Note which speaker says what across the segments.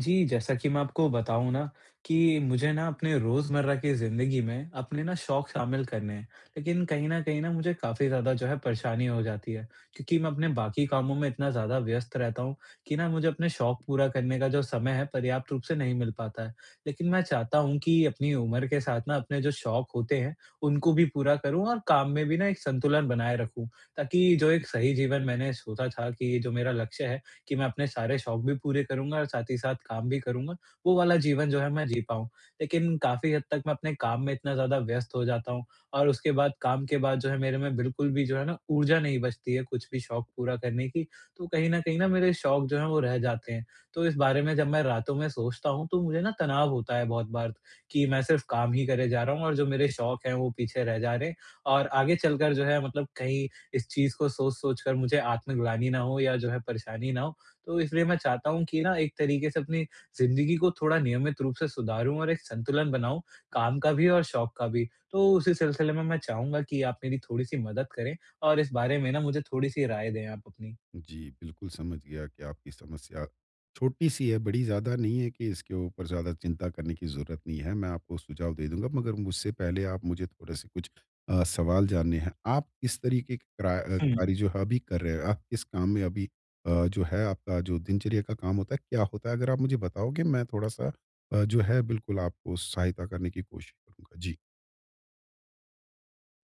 Speaker 1: जी, जैसा कि मैं आपको बताऊँ ना कि मुझे ना अपने रोज़मर्रा की ज़िंदगी में अपने ना शौक शामिल करने हैं। लेकिन कहीं न कहीं ना मुझे काफ़ी ज़्यादा जो है परेशानी हो जाती है, क्योंकि मैं अपने बाकी कामों में इतना ज़्यादा व्यस्त रहता हूँ कि ना मुझे अपने शौक पूरा करने का जो समय है पर्याप्त रूप से नहीं मिल पाता है। लेकिन मैं चाहता हूँ कि अपनी उम्र के साथ ना अपने जो शौक होते हैं, उनको भी पूरा करूँ और काम में भी ना एक संतुलन बनाए रखूँ, ताकि जो एक सही जीवन मैंने सोचा था कि ये जो मेरा लक्ष्य है, कि मैं अपने सारे शौक भी पूरे करूँगा और साथ ही साथ काम भी करूँगा, वो वाला जीवन जो है मैं जी पाऊँ। लेकिन काफ़ी हद तक मैं अपने काम में इतना ज़्यादा व्यस्त हो जाता हूँ और उसके बाद काम के बाद जो है मेरे में बिल्कुल भी जो है ना ऊर्जा नहीं बचती है कुछ भी शौक पूरा करने की, तो कहीं न कहीं ना मेरे शौक जो हैं वो रह जाते हैं। तो इस बारे में जब मैं रातों में सोचता हूँ तो मुझे ना तनाव होता है बहुत बार कि मैं सिर्फ़ काम ही करे जा रहा हूँ और जो मेरे शौक हैं वो पीछे रह जा रहे हैं और आगे चलकर जो है मतलब कहीं इस चीज़ को सोच-सोच कर मुझे आत्मग्लानि ना हो या जो है परेशानी ना हो, तो इसलिए मैं चाहता हूँ कि ना एक तरीके से अपनी ज़िंदगी को थोड़ा नियमित रूप से सुधारूँ और एक संतुलन बनाऊँ, काम का भी और शौक का भी। तो उसी सिलसिले में मैं चाहूँगा कि आप मेरी थोड़ी-सी मदद करें और इस बारे में ना मुझे थोड़ी-सी राय दें आप अपनी।
Speaker 2: जी, बिल्कुल समझ गया कि आपकी समस्या छोटी-सी है, बड़ी ज़्यादा नहीं है कि इसके ऊपर ज़्यादा चिंता करने की ज़रूरत नहीं है। मैं आपको सुझाव दे दूँगा, मगर मुझसे पहले आप मुझे थोड़े-से कुछ सवाल जानने हैं। आप किस तरीके के
Speaker 1: हुँ।
Speaker 2: कार्य जो है अभी कर रहे हैं? आप किस काम में अभी जो है आपका जो दिनचर्या का काम होता है, क्या होता है? अगर आप मुझे बताओगे, मैं थोड़ा-सा जो है बिल्कुल आपको सहायता करने की कोशिश करूँगा। जी।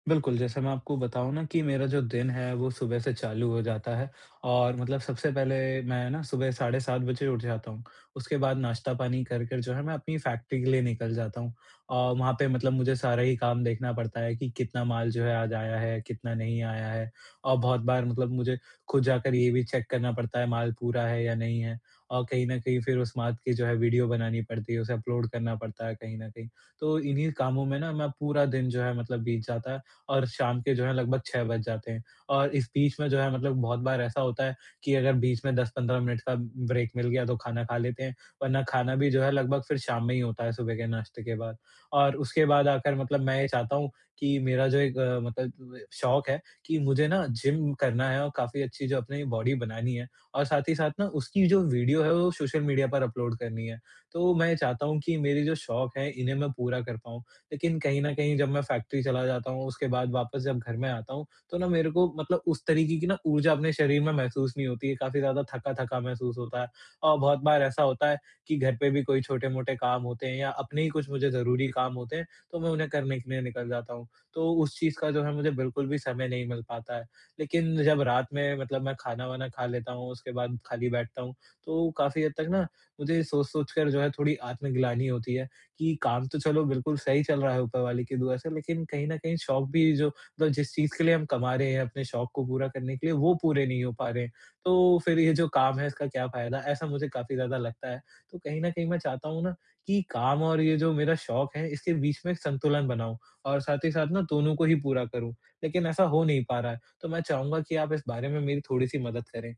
Speaker 1: बिल्कुल, जैसे मैं आपको बताऊँ ना कि मेरा जो दिन है वो सुबह से चालू हो जाता है और मतलब सबसे पहले मैं ना सुबह साढ़े 7 बजे उठ जाता हूँ। उसके बाद नाश्ता-पानी कर कर जो है मैं अपनी फैक्ट्री के लिए निकल जाता हूँ। और वहाँ पे मतलब मुझे सारा ही काम देखना पड़ता है कि कितना माल जो है आज आया है, कितना नहीं आया है। और बहुत बार मतलब मुझे खुद जाकर ये भी चेक करना पड़ता है माल पूरा है या नहीं है। और कहीं न कहीं फिर उस माल की जो है वीडियो बनानी पड़ती है, उसे अपलोड करना पड़ता है कहीं न कहीं। तो इन्हीं कामों में ना मैं पूरा दिन जो है मतलब बीत जाता है और शाम के जो है लगभग 6 बज जाते हैं। और इस बीच में जो है मतलब बहुत बार ऐसा होता है कि अगर बीच में 10-15 मिनट का ब्रेक मिल गया तो खाना खा लेते हैं, वरना खाना भी जो है लगभग फिर शाम में ही होता है सुबह के नाश्ते के बाद। और उसके बाद आकर मतलब मैं ये चाहता हूँ कि मेरा जो एक मतलब शौक है कि मुझे ना जिम करना है और काफ़ी अच्छी जो अपनी बॉडी बनानी है और साथ ही साथ ना उसकी जो वीडियो है वो सोशल मीडिया पर अपलोड करनी है। तो मैं चाहता हूँ कि मेरे जो शौक है इन्हें मैं पूरा कर पाऊँ, लेकिन कहीं न कहीं जब मैं फैक्ट्री चला जाता हूँ, उसके बाद वापस जब घर में आता हूँ, तो ना मेरे को मतलब उस तरीके की ना ऊर्जा अपने शरीर में महसूस नहीं होती है, काफ़ी ज़्यादा थका-थका महसूस होता है। और बहुत बार ऐसा होता है कि घर पे भी कोई छोटे-मोटे काम होते हैं या अपने ही कुछ मुझे ज़रूरी काम होते हैं, तो मैं उन्हें करने के लिए निकल जाता हूँ। तो उस चीज़ का जो है मुझे बिल्कुल भी समय नहीं मिल पाता है। लेकिन जब रात में मतलब मैं खाना-वाना खा लेता हूँ, उसके बाद खाली बैठता हूँ, तो काफ़ी हद तक ना मुझे सोच-सोच कर जो है थोड़ी आत्मग्लानि होती है। कि काम तो चलो बिल्कुल सही चल रहा है ऊपर वाले की दुआ से, लेकिन कहीं न कहीं शौक भी जो मतलब जिस चीज़ के लिए हम कमा रहे हैं, अपने शौक को पूरा करने के लिए, वो पूरे नहीं हो पा रहे हैं। तो फिर ये जो काम है, इसका क्या फ़ायदा? ऐसा मुझे काफ़ी ज़्यादा लगता है। तो कहीं न कहीं मैं चाहता हूँ ना कि काम और ये जो मेरा शौक है, इसके बीच में एक संतुलन बनाऊँ और साथ ही साथ ना दोनों को ही पूरा करूँ, लेकिन ऐसा हो नहीं पा रहा है। तो मैं चाहूँगा कि आप इस बारे में मेरी थोड़ी-सी मदद करें।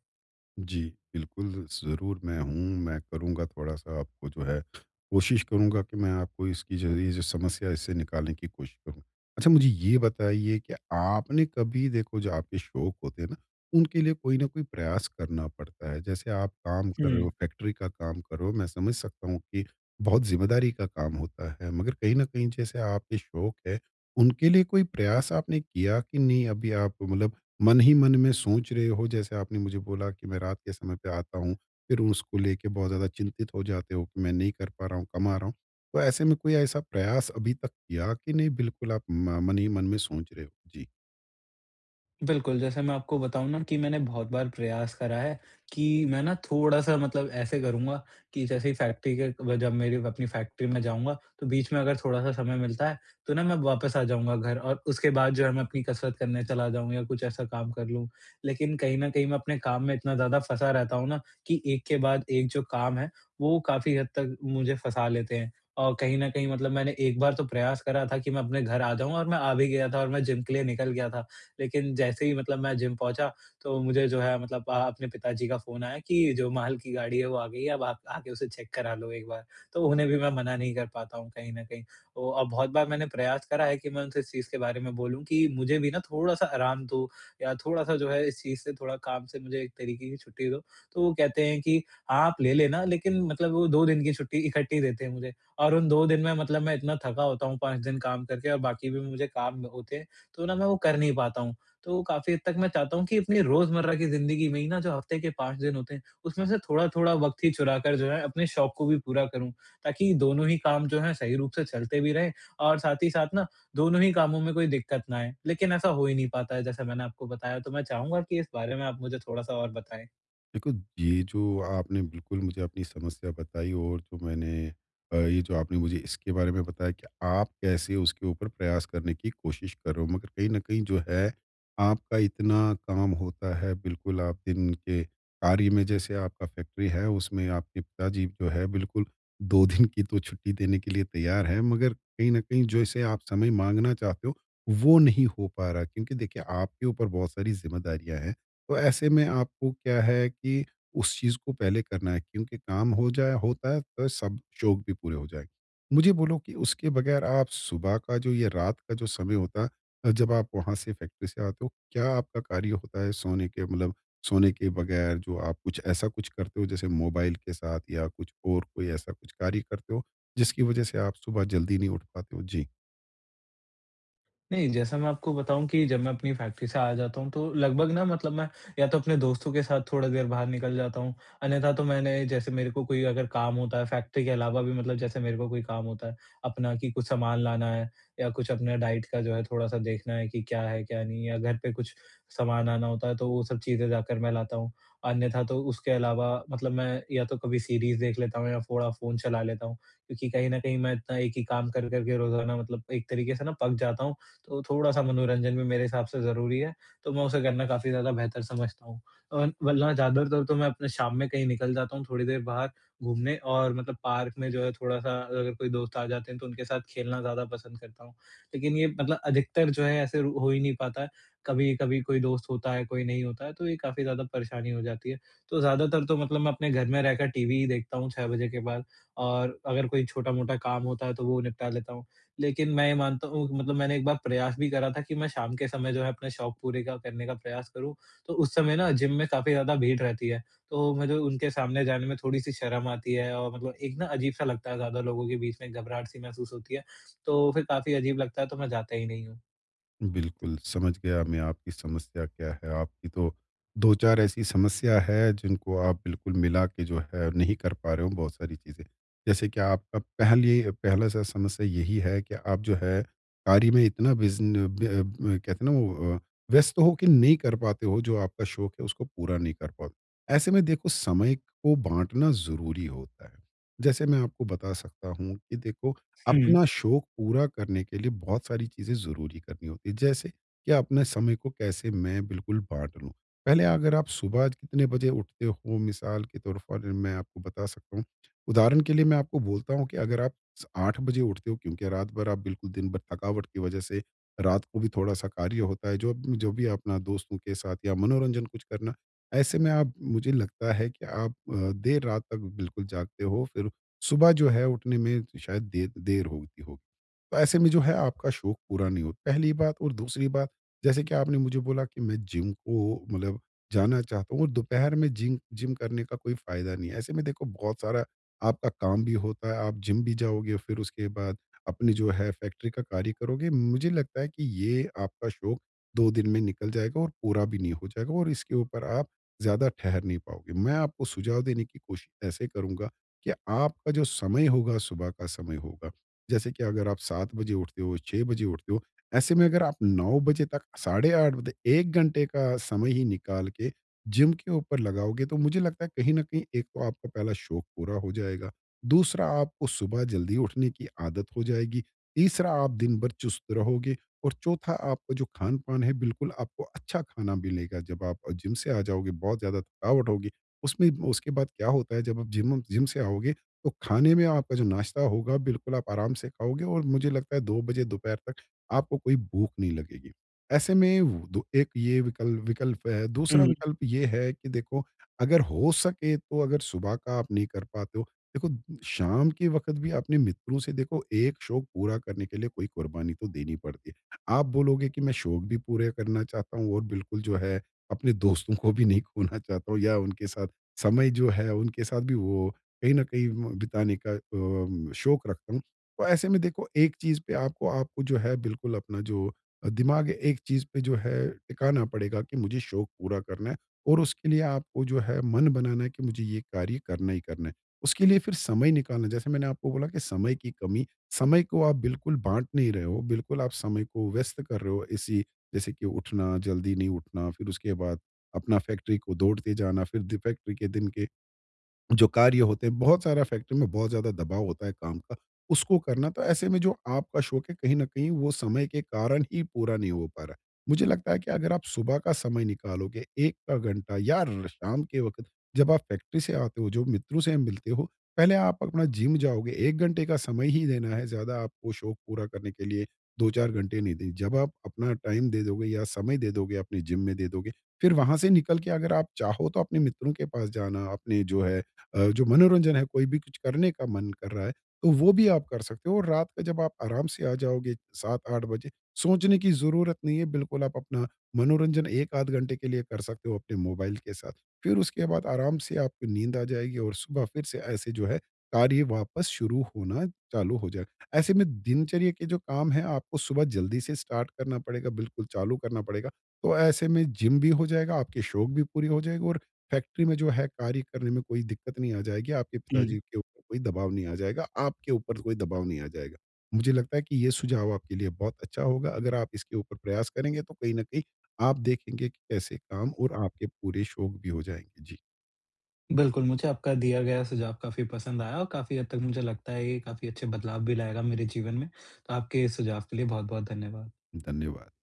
Speaker 2: जी, बिल्कुल, ज़रूर मैं हूँ, मैं करूँगा थोड़ा-सा आपको जो है कोशिश करूँगा कि मैं आपको इसकी जो ये जो समस्या है, इससे निकालने की कोशिश करूँ। अच्छा, मुझे ये बताइए कि आपने कभी देखो, जो आपके शौक होते हैं ना, उनके लिए कोई न कोई प्रयास करना पड़ता है। जैसे आप काम कर रहे हो, फैक्ट्री का काम कर रहे हो, मैं समझ सकता हूँ कि बहुत ज़िम्मेदारी का काम होता है, मगर कहीं न कहीं जैसे आपके शौक है, उनके लिए कोई प्रयास आपने किया कि नहीं? अभी आप मतलब मन ही मन में सोच रहे हो, जैसे आपने मुझे बोला कि मैं रात के समय पे आता हूँ, फिर उसको लेके बहुत ज़्यादा चिंतित हो जाते हो कि मैं नहीं कर पा रहा हूँ, कमा रहा हूँ। तो ऐसे में कोई ऐसा प्रयास अभी तक किया कि नहीं, बिल्कुल आप म मन ही मन में सोच रहे हो? जी।
Speaker 1: बिल्कुल, जैसे मैं आपको बताऊँ ना कि मैंने बहुत बार प्रयास करा है कि मैं ना थोड़ा-सा मतलब ऐसे करूँगा कि जैसे ही फैक्ट्री के ब जब मेरी अपनी फैक्ट्री में जाऊँगा, तो बीच में अगर थोड़ा-सा समय मिलता है, तो ना मैं वापस आ जाऊँगा घर और उसके बाद जो है मैं अपनी कसरत करने चला जाऊँ या कुछ ऐसा काम कर लूँ। लेकिन कहीं न कहीं मैं अपने काम में इतना ज़्यादा फँसा रहता हूँ ना कि एक के बाद एक जो काम है, वो काफ़ी हद तक मुझे फँसा लेते हैं। और कहीं न कहीं मतलब मैंने एक बार तो प्रयास करा था कि मैं अपने घर आ जाऊँ, और मैं आ भी गया था और मैं जिम के लिए निकल गया था। लेकिन जैसे ही मतलब मैं जिम पहुँचा, तो मुझे जो है मतलब अपने पिताजी का फ़ोन आया कि जो महल की गाड़ी है वो आ गई है, अब आप आके उसे चेक करा लो एक बार। तो उन्हें भी मैं मना नहीं कर पाता हूँ कहीं न कहीं। ओ और बहुत बार मैंने प्रयास करा है कि मैं उनसे इस चीज़ के बारे में बोलूँ कि मुझे भी ना थोड़ा-सा आराम दो या थोड़ा-सा जो है इस चीज़ से थोड़ा काम से मुझे एक तरीके की छुट्टी दो। तो वो कहते हैं कि हाँ आप ले लेना, लेकिन मतलब वो 2 दिन की छुट्टी इकट्ठी देते हैं मुझे और उन 2 दिन में मतलब मैं इतना थका होता हूँ 5 दिन काम करके और बाकी भी मुझे काम होते हैं, तो ना मैं वो कर नहीं पाता हूँ। तो काफ़ी हद तक मैं चाहता हूँ कि अपनी रोज़मर्रा की ज़िंदगी में ही ना जो हफ़्ते के 5 दिन होते हैं, उसमें से थोड़ा-थोड़ा वक़्त ही चुरा कर जो है अपने शौक को भी पूरा करूँ, ताकि दोनों ही काम जो हैं सही रूप से चलते भी रहें और साथ ही साथ ना दोनों ही कामों में कोई दिक्कत ना आए। लेकिन ऐसा हो ही नहीं पाता है जैसा मैंने आपको बताया, तो मैं चाहूँगा कि इस बारे में आप मुझे थोड़ा-सा और बताएँ।
Speaker 2: देखो, ये जो आपने बिल्कुल मुझे अपनी समस्या बताई और जो मैंने ये जो आपने मुझे इसके बारे में बताया कि आप कैसे उसके ऊपर प्रयास करने की कोशिश कर रहे हो, मगर कहीं न कहीं जो है, आपका इतना काम होता है, बिल्कुल आप दिन के कार्य में जैसे आपका फैक्ट्री है, उसमें आपके पिताजी जो है बिल्कुल 2 दिन की तो छुट्टी देने के लिए तैयार हैं, मगर कहीं न कहीं जैसे आप समय माँगना चाहते हो, वो नहीं हो पा रहा, क्योंकि देखिए, आपके ऊपर बहुत सारी ज़िम्मेदारियाँ हैं। तो ऐसे में आपको क्या है कि उस चीज़ को पहले करना है, क्योंकि काम हो जाए होता है तो सब शौक भी पूरे हो जाएंगे। मुझे बोलो कि उसके बगैर आप सुबह का जो, ये रात का जो समय होता है जब आप वहाँ से फैक्ट्री से आते हो, क्या आपका कार्य होता है सोने के मतलब सोने के बगैर, जो आप कुछ ऐसा कुछ करते हो जैसे मोबाइल के साथ, या कुछ और कोई ऐसा कुछ कार्य करते हो जिसकी वजह से आप सुबह जल्दी नहीं उठ पाते हो जी?
Speaker 1: नहीं, जैसा मैं आपको बताऊँ कि जब मैं अपनी फैक्ट्री से आ जाता हूँ, तो लगभग ना मतलब मैं या तो अपने दोस्तों के साथ थोड़ा देर बाहर निकल जाता हूँ, अन्यथा तो मैंने जैसे मेरे को कोई अगर काम होता है फैक्ट्री के अलावा भी मतलब जैसे मेरे को कोई काम होता है, अपना कि कुछ सामान लाना है या कुछ अपने डाइट का जो है थोड़ा-सा देखना है कि क्या है, क्या नहीं है, या घर पे कुछ सामान आना होता है, तो वो सब चीज़ें जाकर मैं लाता हूँ। अन्यथा तो उसके अलावा मतलब मैं या तो कभी सीरीज़ देख लेता हूँ या थोड़ा फ़ोन चला लेता हूँ, क्योंकि कहीं न कहीं मैं इतना एक ही काम कर-कर के रोज़ाना मतलब एक तरीके से ना पक जाता हूँ, तो थोड़ा-सा मनोरंजन भी मेरे हिसाब से ज़रूरी है, तो मैं उसे करना काफ़ी ज़्यादा बेहतर समझता हूँ। और वरना ज़्यादातर तो मैं अपने शाम में कहीं निकल जाता हूँ थोड़ी देर बाहर घूमने और मतलब पार्क में जो है थोड़ा-सा अगर कोई दोस्त आ जाते हैं तो उनके साथ खेलना ज़्यादा पसंद करता हूँ। लेकिन ये मतलब अधिकतर जो है ऐसे हो ही नहीं पाता है, कभी-कभी कोई दोस्त होता है, कोई नहीं होता है, तो ये काफ़ी ज़्यादा परेशानी हो जाती है। तो ज़्यादातर तो मतलब मैं अपने घर में रहकर टीवी ही देखता हूँ 6 बजे के बाद और अगर कोई छोटा-मोटा काम होता है तो वो निपटा लेता हूँ। लेकिन मैं ये मानता हूँ मतलब मैंने एक बार प्रयास भी करा था कि मैं शाम के समय जो है अपने शौक पूरे का करने का प्रयास करूँ, तो उस समय ना जिम में काफ़ी ज़्यादा भीड़ रहती है, तो मुझे उनके सामने जाने में थोड़ी-सी शर्म आती है और मतलब एक ना अजीब-सा लगता है, ज़्यादा लोगों के बीच में घबराहट-सी महसूस होती है, तो फिर काफ़ी अजीब लगता है, तो मैं जाता ही नहीं हूँ।
Speaker 2: बिल्कुल, समझ गया मैं आपकी समस्या क्या है। आपकी तो 2-4 ऐसी समस्या है जिनको आप बिल्कुल मिला के जो है नहीं कर पा रहे हो, बहुत सारी चीज़ें। जैसे कि आपका पहली पहला सा समस्या यही है कि आप जो है कार्य में इतना बिज़न ब ब कहते हैं ना वो व्यस्त हो के नहीं कर पाते हो, जो आपका शौक है उसको पूरा नहीं कर पाते। ऐसे में देखो, समय को बाँटना ज़रूरी होता है। जैसे मैं आपको बता सकता हूँ कि देखो,
Speaker 1: हुँ,
Speaker 2: अपना शौक पूरा करने के लिए बहुत सारी चीज़ें ज़रूरी करनी होती है। जैसे कि अपने समय को कैसे मैं बिल्कुल बाँट लूँ। पहले अगर आप सुबह कितने बजे उठते हो, मिसाल के तौर पर मैं आपको बता सकता हूँ। उदाहरण के लिए मैं आपको बोलता हूँ कि अगर आप स 8 बजे उठते हो, क्योंकि रात भर आप बिल्कुल दिन भर थकावट की वज़ह से रात को भी थोड़ा-सा कार्य होता है, जो जो भी अपना दोस्तों के साथ या मनोरंजन कुछ करना। ऐसे में आप, मुझे लगता है कि आप देर रात तक बिल्कुल जागते हो, फिर सुबह जो है उठने में शायद देर देर होती होगी। तो ऐसे में जो है आपका शौक पूरा नहीं होता। पहली बात। और दूसरी बात, जैसे कि आपने मुझे बोला कि मैं जिम को मतलब जाना चाहता हूँ और दोपहर में जिम जिम करने का कोई फ़ायदा नहीं है। ऐसे में देखो, बहुत सारा आपका काम भी होता है, आप जिम भी जाओगे, फिर उसके बाद अपनी जो है फैक्ट्री का कार्य करोगे। मुझे लगता है कि ये आपका शौक 2 दिन में निकल जाएगा और पूरा भी नहीं हो जाएगा और इसके ऊपर आप ज़्यादा ठहर नहीं पाओगे। मैं आपको सुझाव देने की कोशिश ऐसे करूँगा कि आपका जो समय होगा, सुबह का समय होगा, जैसे कि अगर आप 7 बजे उठते हो, 6 बजे उठते हो, ऐसे में अगर आप 9 बजे तक, साढ़े 8 बजे 1 घंटे का समय ही निकाल के जिम के ऊपर लगाओगे, तो मुझे लगता है कहीं न कहीं एक तो आपका पहला शौक पूरा हो जाएगा, दूसरा आपको सुबह जल्दी उठने की आदत हो जाएगी, तीसरा आप दिन भर चुस्त रहोगे और चौथा आपका जो खान-पान है, बिल्कुल आपको अच्छा खाना मिलेगा। जब आप जिम से आ जाओगे, बहुत ज़्यादा थकावट होगी। उसमें उसके बाद क्या होता है, जब आप जिम जिम से आओगे तो खाने में आपका जो नाश्ता होगा, बिल्कुल आप आराम से खाओगे और मुझे लगता है 2 बजे दोपहर तक आपको कोई भूख नहीं लगेगी। ऐसे में वो दो, एक ये विकल्प विकल्प है। दूसरा
Speaker 1: हुँ,
Speaker 2: विकल्प ये है कि देखो, अगर हो सके तो, अगर सुबह का आप नहीं कर पाते हो, देखो शाम के वक्त भी अपने मित्रों से, देखो एक शौक पूरा करने के लिए कोई कुर्बानी तो देनी पड़ती है। आप बोलोगे कि मैं शौक भी पूरे करना चाहता हूँ और बिल्कुल जो है अपने दोस्तों को भी नहीं खोना चाहता हूँ, या उनके साथ समय, जो है उनके साथ भी, वो कहीं न कहीं बिताने का शौक रखता हूँ। तो ऐसे में देखो, एक चीज़ पे आपको आपको जो है बिल्कुल अपना जो दिमाग है एक चीज़ पे जो है टिकाना पड़ेगा कि मुझे शौक पूरा करना है, और उसके लिए आपको जो है मन बनाना है कि मुझे ये कार्य करना ही करना है। उसके लिए फिर समय निकालना, जैसे मैंने आपको बोला कि समय की कमी, समय को आप बिल्कुल बाँट नहीं रहे हो, बिल्कुल आप समय को व्यस्त कर रहे हो इसी, जैसे कि उठना, जल्दी नहीं उठना, फिर उसके बाद अपना फैक्ट्री को दौड़ते जाना, फिर द फैक्ट्री के दिन के जो कार्य होते हैं, बहुत सारा फैक्ट्री में बहुत ज़्यादा दबाव होता है काम का, उसको करना। तो ऐसे में जो आपका शौक है, कहीं न कहीं वो समय के कारण ही पूरा नहीं हो पा रहा है। मुझे लगता है कि अगर आप सुबह का समय निकालोगे 1 का घंटा, या र शाम के वक़्त जब आप फैक्ट्री से आते हो, जो मित्रों से मिलते हो, पहले आप अपना जिम जाओगे, 1 घंटे का समय ही देना है, ज़्यादा आपको शौक पूरा करने के लिए 2-4 घंटे नहीं दें। जब आप अपना टाइम दे दोगे या समय दे दोगे, अपने जिम में दे दोगे, फिर वहाँ से निकल के अगर आप चाहो तो अपने मित्रों के पास जाना, अपने जो है जो मनोरंजन है, कोई भी कुछ करने का मन कर रहा है, तो वो भी आप कर सकते हो। और रात का जब आप आराम से आ जाओगे 7-8 बजे, सोचने की ज़रूरत नहीं है, बिल्कुल आप अपना मनोरंजन 1 आध घंटे के लिए कर सकते हो अपने मोबाइल के साथ। फिर उसके बाद आराम से आपको नींद आ जाएगी और सुबह फिर से ऐसे जो है, कार्य वापस शुरू होना चालू हो जाए। ऐसे में दिनचर्या के जो काम हैं, आपको सुबह जल्दी से स्टार्ट करना पड़ेगा, बिल्कुल चालू करना पड़ेगा। तो ऐसे में जिम भी हो जाएगा, आपके शौक भी पूरे हो जाएँगे और फैक्ट्री में जो है कार्य करने में कोई दिक्कत नहीं आ जाएगी, आपके
Speaker 1: हुँ।
Speaker 2: पिताजी के ऊपर कोई दबाव नहीं आ जाएगा, आपके ऊपर कोई दबाव नहीं आ जाएगा। मुझे लगता है कि ये सुझाव आपके लिए बहुत अच्छा होगा, अगर आप इसके ऊपर प्रयास करेंगे तो कहीं न कहीं आप देखेंगे कि कैसे काम और आपके पूरे शौक भी हो जाएँगे। जी,
Speaker 1: बिल्कुल, मुझे आपका दिया गया सुझाव काफ़ी पसंद आया और काफ़ी हद तक मुझे लगता है ये काफ़ी अच्छे बदलाव भी लाएगा मेरे जीवन में, तो आपके सुझाव के लिए बहुत-बहुत धन्यवाद।
Speaker 2: धन्यवाद।